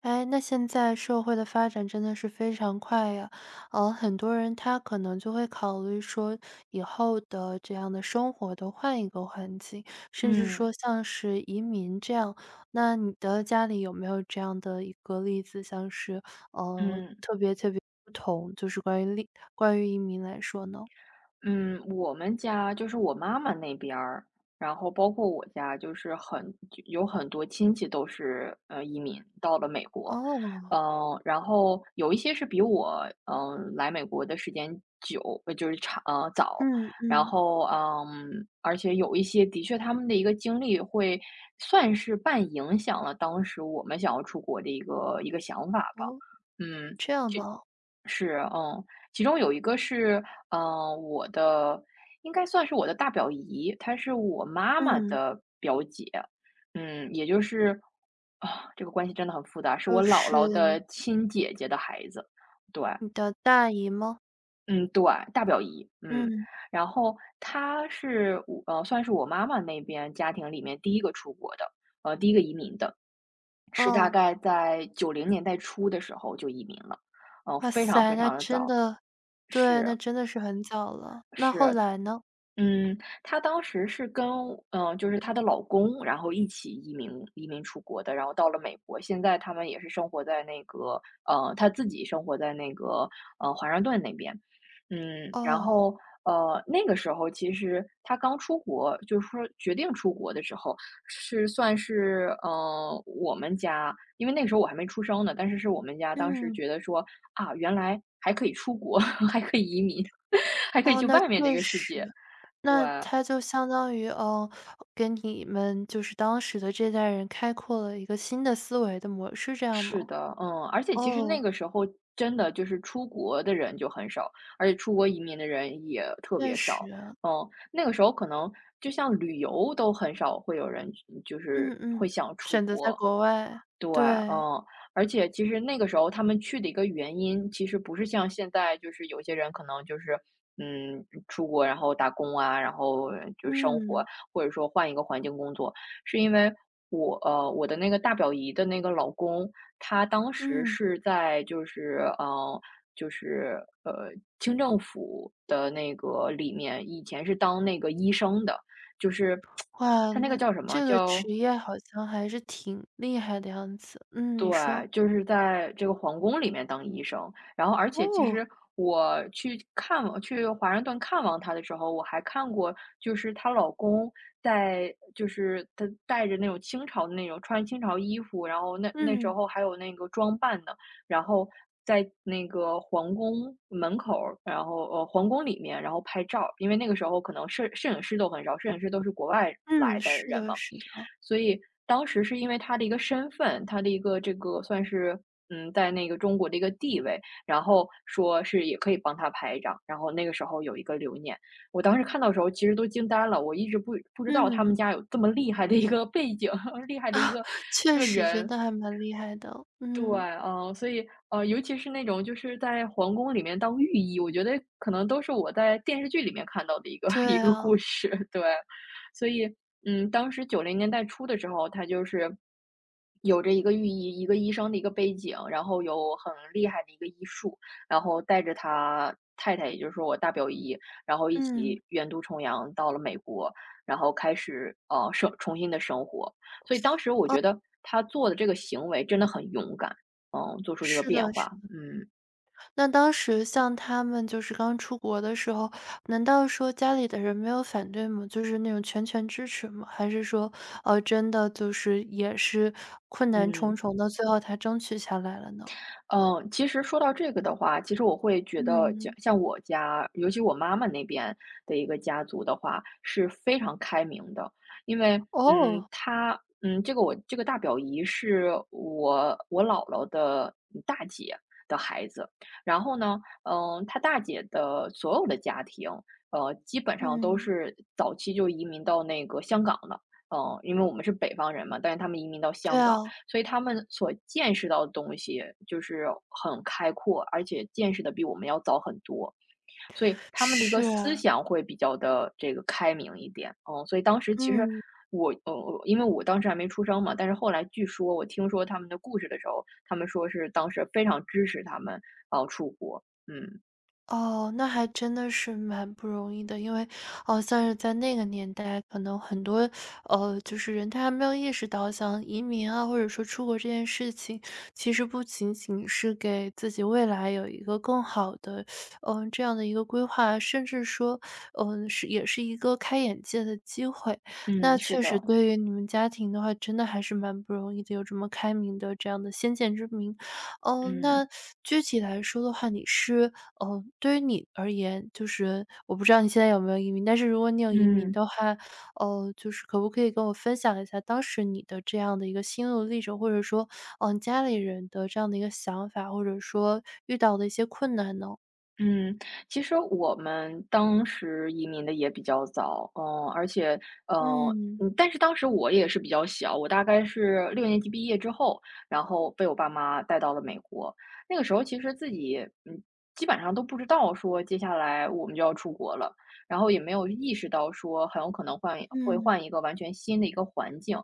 哎，那现在社会的发展真的是非常快呀，很多人他可能就会考虑说，以后的这样的生活都换一个环境，甚至说嗯像是移民这样。那你的家里有没有这样的一个例子，像是，嗯特别不同，就是关于移民来说呢？嗯，我们家就是我妈妈那边儿，然后包括我家，就是很就有很多亲戚都是移民到了美国。哦，然后有一些是比我来美国的时间久，就是长早。嗯然嗯，后而且有一些的确他们的一个经历会算是半影响了当时我们想要出国的一个想法吧。哦，嗯。这样吗？是，其中有一个是，嗯，我的应该算是我的大表姨，她是我妈妈嗯，的表姐。也就是啊，这个关系真的很复杂，是就我姥是姥的亲姐姐的孩子。对。你的大姨吗？嗯，对，大表姨。嗯，嗯，然后她是算是我妈妈那边家庭里面第一个出国的，第一个移民的，是大嗯。概在九零年代初的时候就移民了。哇非常塞，非那常的真早。的对，那是，真的是很早了。那是，后来呢？嗯，她当时是跟就是她的老公，然后一起移民出国的，然后到了美国。现在他们也是生活在那个她自己生活在那个华盛顿那边。然哦，后那个时候其实她刚出国，就是说决定出国的时候，是算是我们家，因为那个时候我还没出生呢，但是是我们家当时嗯，觉得说，啊，原来还可以出国，还可以移民，还可以哦，去那确外面的一个世实，界。对。那他就相当于，嗯，给你们就是当时的这代人开阔了一个新的思维的模式，这样是吗？的。嗯，而且其实那哦，个时候真的就是出国的人就很少，而且出国移民的人也特确别少。实，那个时候可能就像旅游都很少会有人就是嗯会嗯，想出选择在国。国外，对。对，嗯，而且其实那个时候他们去的一个原因，其实不是像现在，就是有些人可能就是，出国然后打工啊，然后就生活，嗯或者说换一个环境工作，是因为我的那个大表姨的那个老公。他当时嗯，是在就是就是呃清政府的那个里面，以前是当那个医生的。就是 哇，他那个那叫什么这个叫。职业好像还是挺厉害的样子。嗯，你说，对，就是在这个皇宫里面当医生。然后而且其哦，实我去看望去华盛顿看望她的时候，我还看过，就是她老公在，就是他带着那种穿清朝衣服，然后那时嗯。候还有那个装扮呢，然后在那个皇宫门口儿然后皇宫里面，然后拍照，因为那个时候可能摄影师都很少，摄影师都是国外嗯，来的是人的嘛，是的，所以当时是因为他的一个身份，他的一个这个算是在那个中国的一个地位，然后说是也可以帮他拍一张，然后那个时候有一个留念。我当时看到的时候其实都惊呆了，我一直不知道他嗯，们家有这么厉害的一个背景，厉害的一个 确这个实觉人。得还蛮厉害的，对，嗯，嗯，所以，尤其是那种就是在皇宫里面当御医，我觉得可能都是我在电视剧里面看到的一个 一对个啊，故事。对。所以，当时九零年代初的时候，他就是有着一个御医、一个医生的一个背景，然后有很厉害的一个医术，然后带着他太太，也就是我大表姨，然后一嗯，起远渡重洋到了美国，然后开始重新的生活。所以当时我觉得他做的这个行为真的很勇敢。做出这个是变的是化。的。嗯那当时像他们就是刚出国的时候，难道说家里的人没有反对吗？就是那种全权支持吗？还是说，真的就是也是困难重嗯。重的，最后才争取下来了呢？嗯，其实说到这个的话，其实我会觉得像嗯，像我家，尤其我妈妈那边的一个家族的话，是非常开明的。因为，哦，她，我这个大表姨是我姥姥的大姐的孩子。然后呢，她大姐的所有的家庭，基本上都嗯，是早期就移民到那个香港了。因为我们是北方人嘛，但是他们移民到对香港。啊，所以他们所见识到的东西就是很开阔，而且见识的比我们要早很多，所以他们的一是个思啊想会比较的这个开明一点。嗯，所以当时其实嗯。我呃，因为我当时还没出生嘛，但是后来我听说他们的故事的时候，他们说是当时非常支持他们出国。嗯。哦，那还真的是蛮不容易的，因为，哦，像是在那个年代，可能很多，就是人他还没有意识到，像移民啊，或者说出国这件事情，其实不仅仅是给自己未来有一个更好的，嗯、这样的一个规划，甚至说，嗯、是也是一个开眼界的机会。那嗯，是确实，的。对于你们家庭的话，真的还是蛮不容易的，有这么开明的这样的先见之明。哦，嗯。那具体来说的话，你是哦，对于你而言，就是我不知道你现在有没有移民，但是如果你有移民嗯。的话，哦，就是可不可以跟我分享一下当时你的这样的一个心路历程，或者说，嗯、家里人的这样的一个想法，或者说遇到的一些困难呢？嗯，其实我们当时移民的也比较早，而且，嗯但是当时我也是比较小，我大概是6年级毕业之后，然后被我爸妈带到了美国。那个时候其实自己，嗯，基本上都不知道说接下来我们就要出国了，然后也没有意识到说很有可能嗯换一个完全新的一个环境。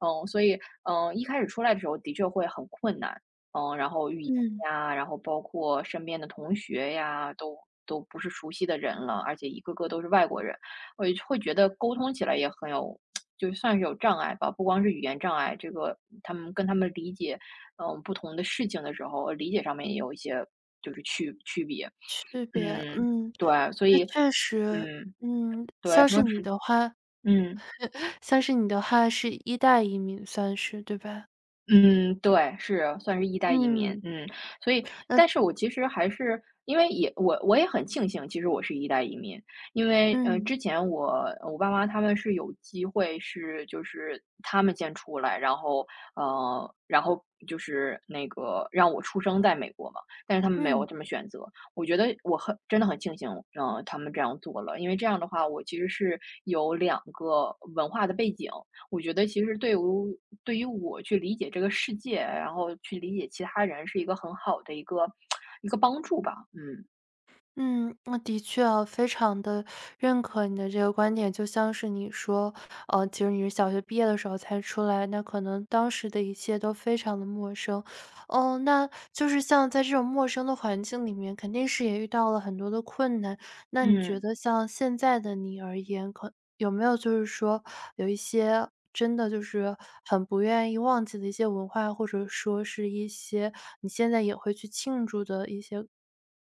所以，一开始出来的时候的确会很困难。然后语言嗯，呀，然后包括身边的同学呀，都不是熟悉的人了，而且一个个都是外国人，我就会觉得沟通起来也很有，就算是有障碍吧，不光是语言障碍，这个他们理解，不同的事情的时候，理解上面也有一些就是区别。区别，嗯，嗯，对，所那以，确实，嗯，嗯，对，像是当你时。的话，嗯。像是你的话是一代移民，算是对吧？嗯，对，是，算是一代移民。嗯，嗯，所以，但是那我其实还是因为也我我也很庆幸，其实我是一代移民，因为嗯之前我爸妈他们是有机会就是他们先出来，然后就是那个让我出生在美国嘛，但是他们没有嗯。这么选择。我觉得我很真的很庆幸，他们这样做了，因为这样的话，我其实是有两个文化的背景。我觉得其实对于我去理解这个世界，然后去理解其他人是一个很好的一个 一个帮助吧。嗯嗯，那的确啊，非常的认可你的这个观点。就像是你说，其实你是小学毕业的时候才出来，那可能当时的一切都非常的陌生。哦，那就是像在这种陌生的环境里面，肯定是也遇到了很多的困难。那你觉嗯得像现在的你而言，可有没有就是说有一些真的就是很不愿意忘记的一些文化，或者说是一些你现在也会去庆祝的一些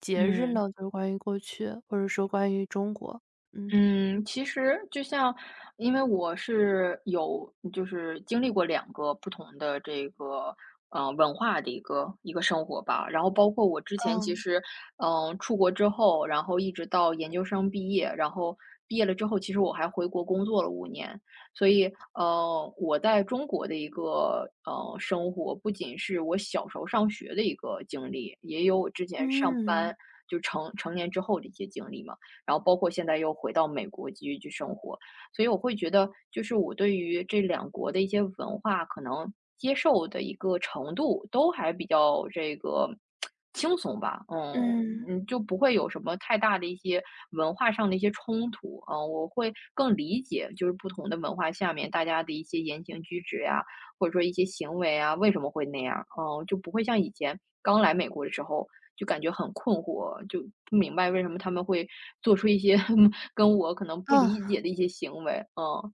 节日嗯。呢？就是关于过去，或者说关于中国。嗯。嗯，其实因为我是有就是经历过两个不同的这个，文化的一个生活吧。然后包括我之前其嗯，实，出国之后，然后一直到研究生毕业，然后毕业了之后，其实我还回国工作了5年。所以，我在中国的一个，生活，不仅是我小时候上学的一个经历，也有我之前上嗯，班，就成年之后的一些经历嘛。然后包括现在又回到美国继续去生活，所以我会觉得，就是我对于这两国的一些文化可能接受的一个程度都还比较这个轻松吧，嗯嗯，嗯，就不会有什么太大的一些文化上的一些冲突，嗯，我会更理解就是不同的文化下面大家的一些言行举止呀，或者说一些行为啊，为什么会那样，嗯，就不会像以前刚来美国的时候，就感觉很困惑，就不明白为什么他们会做出一些 跟我可能不嗯，理解的一些行为，嗯，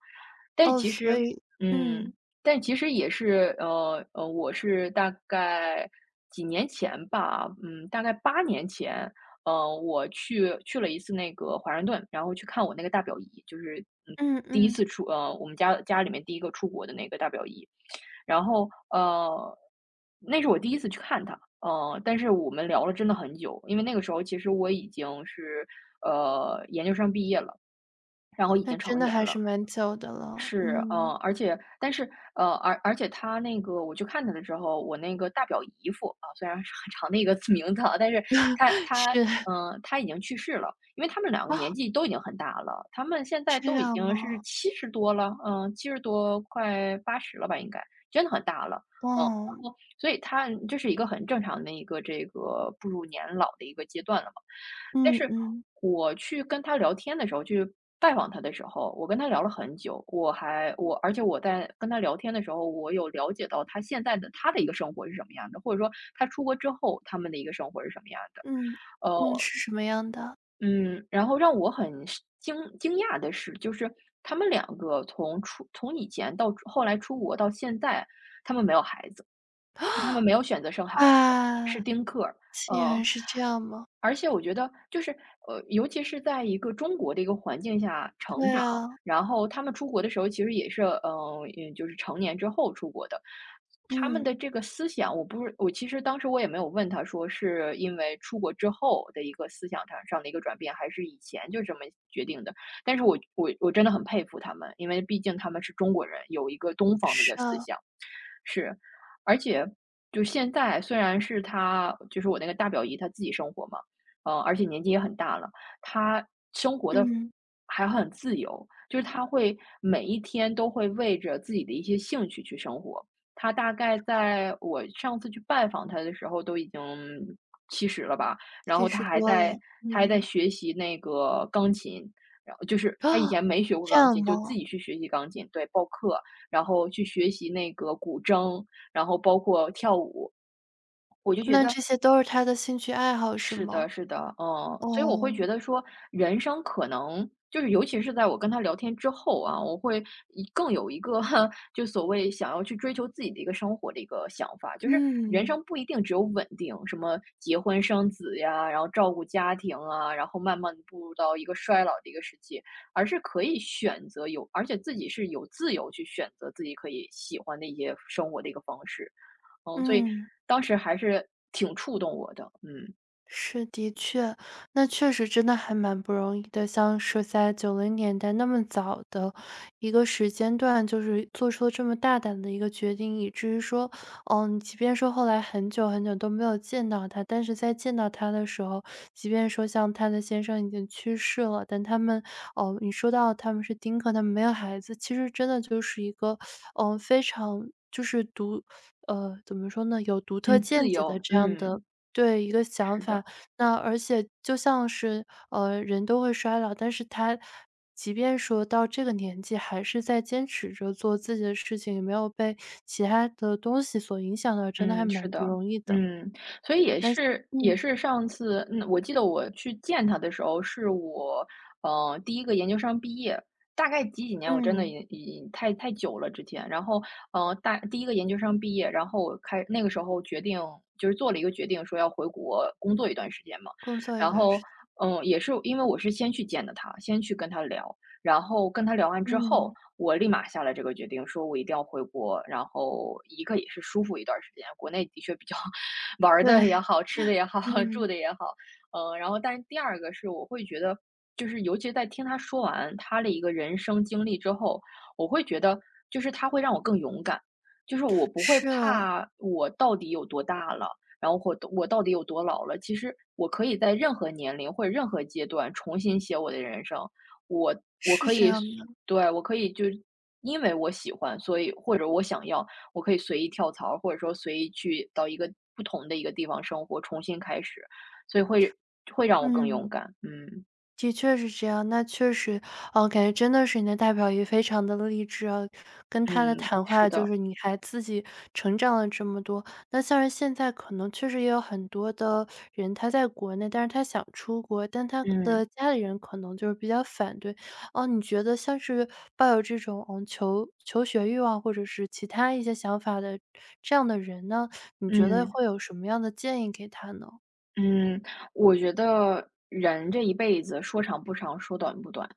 但哦，其所实，以嗯，嗯，但其实也是，我是大概几年前吧，嗯，大概八年前，我去了一次那个华盛顿，然后去看我那个大表姨，就是嗯，嗯第一嗯，次出，我们家里面第一个出国的那个大表姨，然后，那是我第一次去看他，但是我们聊了真的很久，因为那个时候其实我已经是，研究生毕业了，然后已那经真成的年还是了。蛮久的了。是，嗯，而且但是，而且他那个我去看他的时候，我那个大表姨夫，啊，虽然是很长的一个 名字啊，但是他 他，是他已经去世了，因为他们两个年啊，纪都已经很大了，他们现在这都已样经是吗？七十多了，嗯七十多快八十了吧应该，真的很大了。哦，所以他这是一个很正常的一个这个步入年老的一个阶段了嘛。但嗯是嗯，我去跟他聊天的时候，去拜访他的时候，我跟他聊了很久，我还我而且我在跟他聊天的时候，我有了解到他现在的他的一个生活是什么样的，或者说他出国之后他们的一个生活是什么样的。嗯，嗯，呃，是什么样的？嗯，然后让我很是惊讶的是，就是他们两个从以前到后来出国到现在，他们没有孩子。就他们没有选择生孩子，是哇。丁克儿。竟嗯，然是这样吗？而且我觉得就是，尤其是在一个中国的一个环境下成对长，啊，然后他们出国的时候其实也是，嗯，就是成年之后出国的。他们嗯，的这个思想，我不是我其实当时我也没有问他说是因为出国之后的一个思想上的一个转变，还是以前就这么决定的。但是我真的很佩服他们，因为毕竟他们是中国人，有一个东方的一是个思啊，想。是，而且就现在虽然是他，就是我那个大表姨她自己生活嘛，而且年纪也很大了，她生活的嗯，还很自由，就是他会每一天都会为着自己的一些兴趣去生活。他大概在我上次去拜访他的时候都已经七十了吧，然其后实多了，他还在嗯。学习那个钢琴，然后就是啊，他以前没学过这钢样琴，就自吗？己去学习钢琴，对，报课。然后去学习那个古筝，然后包括跳舞。我就觉那得这些都是他的兴趣爱好是是吗？的，是的，嗯，所以我会哦，觉得说，人生可能就是尤其是在我跟他聊天之后啊，我会更有一个 就所谓想要去追求自己的一个生活的一个想法，就是人嗯，生不一定只有稳定，什么结婚生子呀，然后照顾家庭啊，然后慢慢地步入到一个衰老的一个时期，而是可以选择有，而且自己是有自由去选择自己可以喜欢的一些生活的一个方式，嗯，所以嗯。当时还是挺触动我的，嗯。是，的确，那确实真的还蛮不容易的。像是在90年代那么早的一个时间段，就是做出了这么大胆的一个决定，以至于说，嗯，即便说后来很久很久都没有见到他，但是在见到他的时候，即便说像他的先生已经去世了，但他们哦，你说到他们是丁克，他们没有孩子，其实真的就是一个，嗯，非常就是怎么说呢，有独特嗯，见自解的由，这样的嗯，对，一个想是的，法。那而且就像是，人都会衰老，但是他即便说到这个年纪，还是在坚持着做自己的事情，也没有被其他的东西所影响到，真的还嗯，是蛮不的，容易的。嗯，所以也那是也嗯，是上次，嗯，我记得我去见他的时候，是我，第一个研究生毕业，大概几年我真的嗯，太久了之前，然后，第一个研究生毕业，然后那个时候决定就是做了一个决定说要回国工作一段时间嘛，工作一然段时后，间，嗯，也是因为我是先去见的他，先去跟他聊，然后跟他聊完之后，嗯，我立马下了这个决定，说我一定要回国，然后一个也是舒服一段时间，国内的确比较 玩儿对，的也好，吃的也好，住嗯，的也好，然后但是第二个是我会觉得，就是尤其在听他说完他的一个人生经历之后，我会觉得就是他会让我更勇敢，就是我不会是，怕我到底有多大了。然后或我到底有多老了？其实我可以在任何年龄或者任何阶段重新写我的人生，我我是可这以随样的，对，我可以就因为我喜欢，所以或者我想要，我可以随意跳槽，或者说随意去到一个不同的一个地方生活，重新开始，所以会让我更嗯。勇敢。嗯，的确是这样，那确实，哦，感觉真的是你的大表姨非常的励志啊，跟她的嗯，谈话是就的，是你还自己成长了这么多。那像是现在可能确实也有很多的人，他在国内，但是他想出国，但他嗯，的家里人可能就是比较反对。哦，你觉得像是抱有这种，嗯，求学欲望或者是其他一些想法的这样的人呢，你觉得嗯。会有什么样的建议给他呢？嗯，我觉得人这一辈子说长不长，说短不短。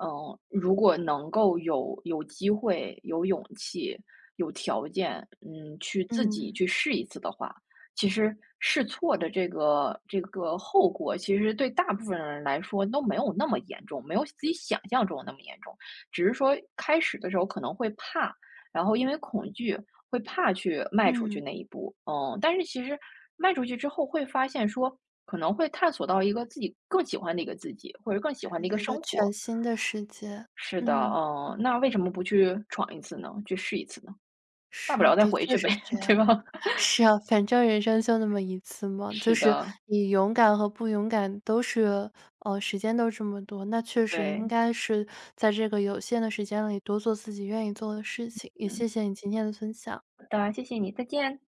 嗯，如果能够有机会、有勇气、有条件，嗯，去自己嗯，去试一次的话，其实试错的这个后果，其实对大部分人来说都没有那么严重，没有自己想象中那么严重。只是说开始的时候可能会怕，然后因为恐惧会怕去迈出去嗯。那一步，嗯。但是其实迈出去之后会发现说，可能会探索到一个自己更喜欢的一个自己，或者更喜欢的一个一生个全活。新的世界，是的，嗯，嗯，那为什么不去闯一次呢？去试一次呢？大不是，了再的回确去呗，是这 样。对吧？是啊，反正人生就那么一次嘛，就是是的，你勇敢和不勇敢都是，时间都这么多，那确实应对，该是在这个有限的时间里多做自己愿意做的事情。也嗯，谢谢你今天的分享。好的，谢谢你，再见。